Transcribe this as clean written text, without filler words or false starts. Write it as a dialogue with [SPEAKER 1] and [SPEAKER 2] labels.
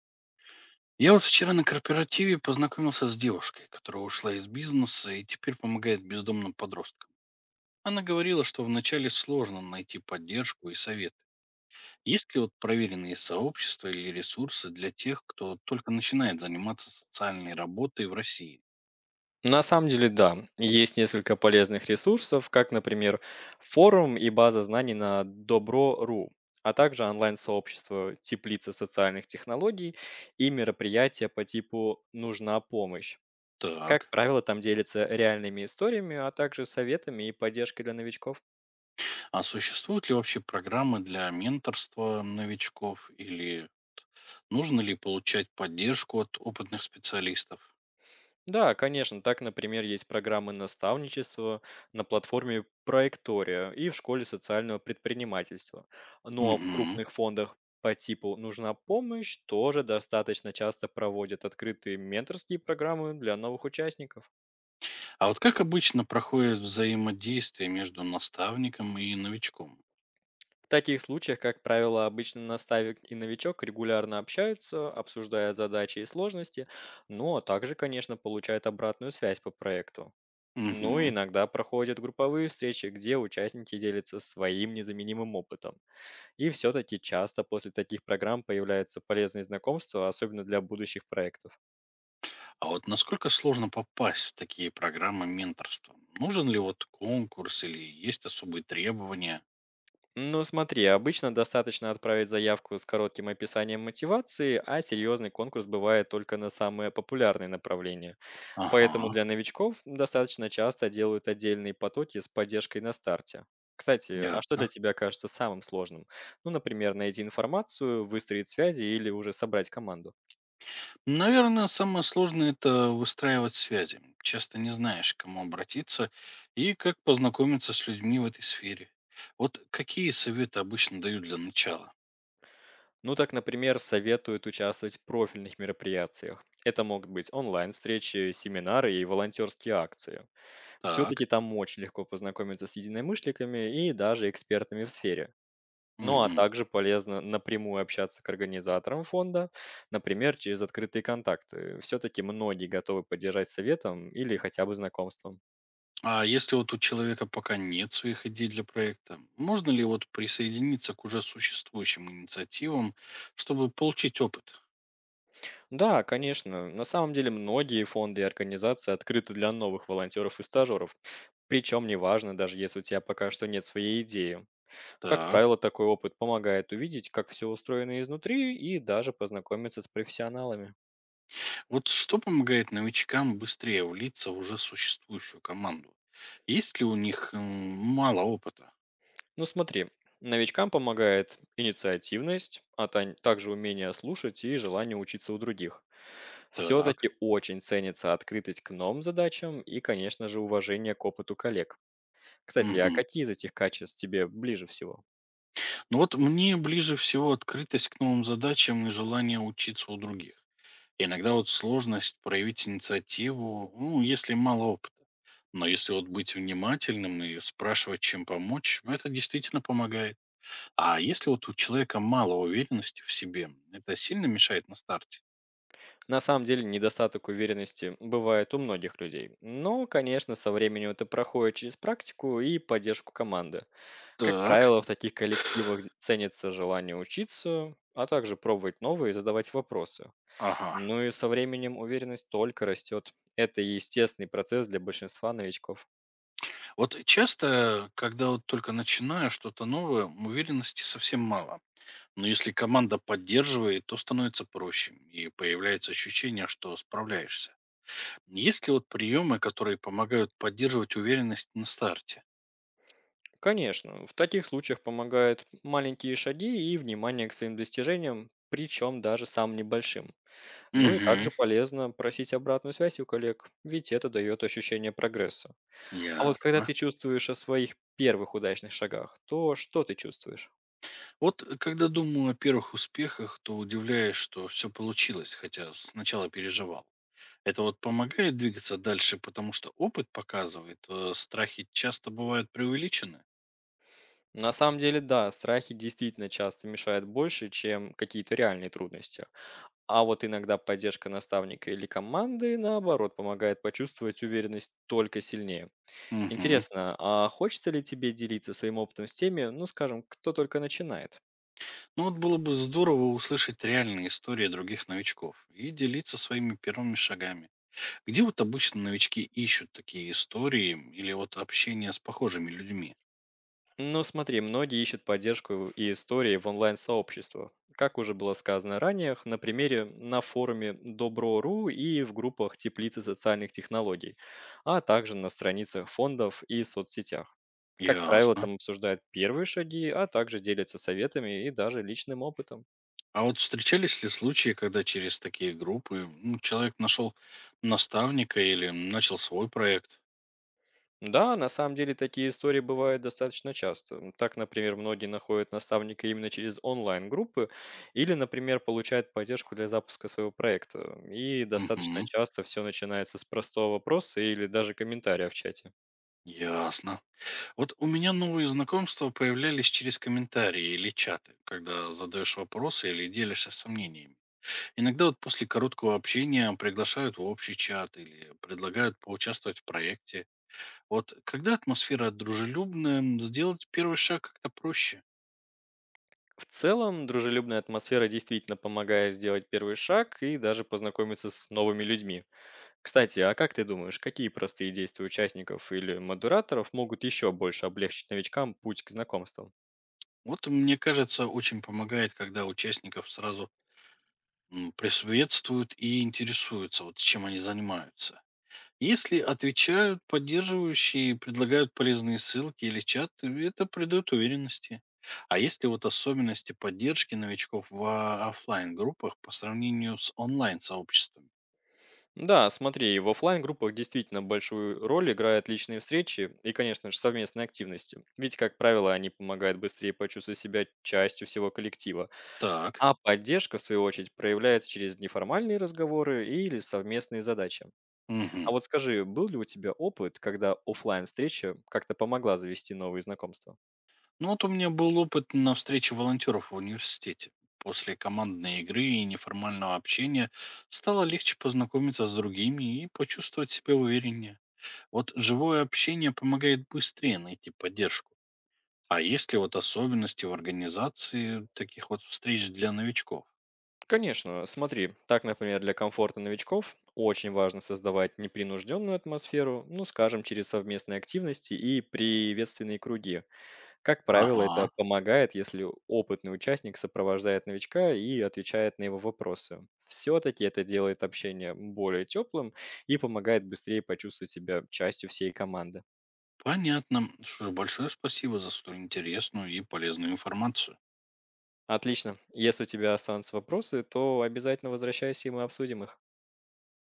[SPEAKER 1] Я вот вчера на корпоративе познакомился с девушкой, которая ушла из бизнеса и теперь помогает бездомным подросткам. Она говорила, что вначале сложно найти поддержку и советы. Есть ли вот проверенные сообщества или ресурсы для тех, кто только начинает заниматься социальной работой в России?
[SPEAKER 2] На самом деле, да, есть несколько полезных ресурсов, как, например, форум и база знаний на Добро.ру, а также онлайн-сообщество «Теплица социальных технологий» и мероприятия по типу «Нужна помощь». Как
[SPEAKER 1] Так.
[SPEAKER 2] правило, там делятся реальными историями, а также советами и поддержкой для новичков.
[SPEAKER 1] А существуют ли вообще программы для менторства новичков или нужно ли получать поддержку от опытных специалистов?
[SPEAKER 2] Да, конечно. Так, например, есть программы наставничества на платформе Проектория и в школе социального предпринимательства. Ну а в
[SPEAKER 1] Угу.
[SPEAKER 2] крупных фондах по типу «Нужна помощь» тоже достаточно часто проводят открытые менторские программы для новых участников.
[SPEAKER 1] А вот как обычно проходит взаимодействие между наставником и новичком?
[SPEAKER 2] В таких случаях, как правило, обычно наставник и новичок регулярно общаются, обсуждая задачи и сложности, ну а также, конечно, получают обратную связь по проекту. Ну и
[SPEAKER 1] Мгм.
[SPEAKER 2] иногда проходят групповые встречи, где участники делятся своим незаменимым опытом. И все-таки часто после таких программ появляются полезные знакомства, особенно для будущих проектов.
[SPEAKER 1] А вот насколько сложно попасть в такие программы менторства? Нужен ли вот конкурс или есть особые требования?
[SPEAKER 2] Ну смотри, обычно достаточно отправить заявку с коротким описанием мотивации, а серьезный конкурс бывает только на самые популярные направления.
[SPEAKER 1] Ага,
[SPEAKER 2] Поэтому для новичков достаточно часто делают отдельные потоки с поддержкой на старте. Кстати, а что для
[SPEAKER 1] ясно.
[SPEAKER 2] тебя кажется самым сложным? Ну, например, найти информацию, выстроить связи или уже собрать команду.
[SPEAKER 1] Наверное, самое сложное это выстраивать связи. Часто не знаешь, к кому обратиться и как познакомиться с людьми в этой сфере. Вот какие советы обычно дают для начала?
[SPEAKER 2] Ну, так, например, советуют участвовать в профильных мероприятиях. Это могут быть онлайн-встречи, семинары и волонтерские акции.
[SPEAKER 1] Так.
[SPEAKER 2] Все-таки там очень легко познакомиться с единомышленниками и даже экспертами в сфере. Ну, а
[SPEAKER 1] Мгм.
[SPEAKER 2] также полезно напрямую общаться к организаторам фонда, например, через открытые контакты. Все-таки многие готовы поддержать советом или хотя бы знакомством.
[SPEAKER 1] А если вот у человека пока нет своих идей для проекта, можно ли вот присоединиться к уже существующим инициативам, чтобы получить опыт?
[SPEAKER 2] Да, конечно, на самом деле многие фонды и организации открыты для новых волонтеров и стажеров. Причем неважно, даже если у тебя пока что нет своей идеи. Как
[SPEAKER 1] Так,
[SPEAKER 2] правило, такой опыт помогает увидеть, как все устроено изнутри и даже познакомиться с профессионалами.
[SPEAKER 1] вот что помогает новичкам быстрее влиться в уже существующую команду? Есть ли у них мало опыта?
[SPEAKER 2] Ну смотри, новичкам помогает инициативность, а также умение слушать и желание учиться у других.
[SPEAKER 1] Так.
[SPEAKER 2] Все-таки очень ценится открытость к новым задачам и, конечно же, уважение к опыту коллег. Кстати, а
[SPEAKER 1] Мгм.
[SPEAKER 2] какие из этих качеств тебе ближе всего?
[SPEAKER 1] Ну вот мне ближе всего открытость к новым задачам и желание учиться у других. Иногда вот сложность проявить инициативу, ну, если мало опыта. Но если вот быть внимательным и спрашивать, чем помочь, это действительно помогает. А если вот у человека мало уверенности в себе, это сильно мешает на старте?
[SPEAKER 2] На самом деле недостаток уверенности бывает у многих людей, но, конечно, со временем это проходит через практику и поддержку команды. Как
[SPEAKER 1] Так.
[SPEAKER 2] правило, в таких коллективах ценится желание учиться, а также пробовать новые и задавать вопросы.
[SPEAKER 1] Ага.
[SPEAKER 2] Ну и со временем уверенность только растет. Это естественный процесс для большинства новичков.
[SPEAKER 1] Вот часто, когда вот только начинаю что-то новое, уверенности совсем мало. Но если команда поддерживает, то становится проще и появляется ощущение, что справляешься. Есть ли вот приемы, которые помогают поддерживать уверенность на старте?
[SPEAKER 2] Конечно, в таких случаях помогают маленькие шаги и внимание к своим достижениям, причем даже самым небольшим. Ну и также
[SPEAKER 1] Мгм.
[SPEAKER 2] полезно просить обратную связь у коллег, ведь это дает ощущение прогресса. А вот когда
[SPEAKER 1] Ясно.
[SPEAKER 2] ты чувствуешь о своих первых удачных шагах, то что ты чувствуешь?
[SPEAKER 1] Когда думаю о первых успехах, то удивляюсь, что все получилось, хотя сначала переживал. Это вот помогает двигаться дальше, потому что опыт показывает, страхи часто бывают преувеличены.
[SPEAKER 2] На самом деле, да, страхи действительно часто мешают больше, чем какие-то реальные трудности. А вот иногда поддержка наставника или команды, наоборот, помогает почувствовать уверенность только сильнее.
[SPEAKER 1] Мгм.
[SPEAKER 2] Интересно, а хочется ли тебе делиться своим опытом с теми, ну, скажем, кто только начинает?
[SPEAKER 1] Ну вот было бы здорово услышать реальные истории других новичков и делиться своими первыми шагами. Где вот обычно новички ищут такие истории или вот общение с похожими людьми?
[SPEAKER 2] Ну смотри, многие ищут поддержку и истории в онлайн-сообществах. Как уже было сказано ранее, на примере на форуме Добро.ру и в группах Теплицы социальных технологий, а также на страницах фондов и соцсетях. Как правило,
[SPEAKER 1] Ясно.
[SPEAKER 2] там обсуждают первые шаги, а также делятся советами и даже личным опытом.
[SPEAKER 1] А вот встречались ли случаи, когда через такие группы ну, человек нашел наставника или начал свой проект?
[SPEAKER 2] Да, на самом деле такие истории бывают достаточно часто. Так, например, многие находят наставника именно через онлайн-группы или, например, получают поддержку для запуска своего проекта. И достаточно
[SPEAKER 1] Угу,
[SPEAKER 2] часто все начинается с простого вопроса или даже комментария в чате.
[SPEAKER 1] ясно. Вот у меня новые знакомства появлялись через комментарии или чаты, когда задаешь вопросы или делишься сомнениями. Иногда вот после короткого общения приглашают в общий чат или предлагают поучаствовать в проекте. Вот когда атмосфера дружелюбная, сделать первый шаг как-то проще.
[SPEAKER 2] В целом, дружелюбная атмосфера действительно помогает сделать первый шаг и даже познакомиться с новыми людьми. Кстати, а как ты думаешь, какие простые действия участников или модераторов могут еще больше облегчить новичкам путь к знакомствам?
[SPEAKER 1] Вот, мне кажется, очень помогает, когда участников сразу приветствуют и интересуются, вот чем они занимаются. Если отвечают поддерживающие, предлагают полезные ссылки или чат, это придает уверенности. А если вот особенности поддержки новичков в офлайн-группах по сравнению с онлайн-сообществами?
[SPEAKER 2] Да, смотри, в оффлайн-группах действительно большую роль играют личные встречи и, конечно же, совместные активности. Ведь, как правило, они помогают быстрее почувствовать себя частью всего коллектива.
[SPEAKER 1] Так.
[SPEAKER 2] А поддержка, в свою очередь, проявляется через неформальные разговоры или совместные задачи. А
[SPEAKER 1] Мгм.
[SPEAKER 2] вот скажи, был ли у тебя опыт, когда оффлайн встреча как-то помогла завести новые знакомства?
[SPEAKER 1] Ну вот у меня был опыт на встрече волонтеров в университете. После командной игры и неформального общения стало легче познакомиться с другими и почувствовать себя увереннее. Вот живое общение помогает быстрее найти поддержку. А есть ли вот особенности в организации таких вот встреч для новичков?
[SPEAKER 2] Конечно, смотри, так, например, для комфорта новичков очень важно создавать непринужденную атмосферу, ну, скажем, через совместные активности и приветственные круги. Как правило, это
[SPEAKER 1] Ага,
[SPEAKER 2] помогает, если опытный участник сопровождает новичка и отвечает на его вопросы. Все-таки это делает общение более теплым и помогает быстрее почувствовать себя частью всей команды.
[SPEAKER 1] понятно. Что же, большое спасибо за столь интересную и полезную информацию.
[SPEAKER 2] Отлично. Если у тебя останутся вопросы, то обязательно возвращайся, и мы обсудим их.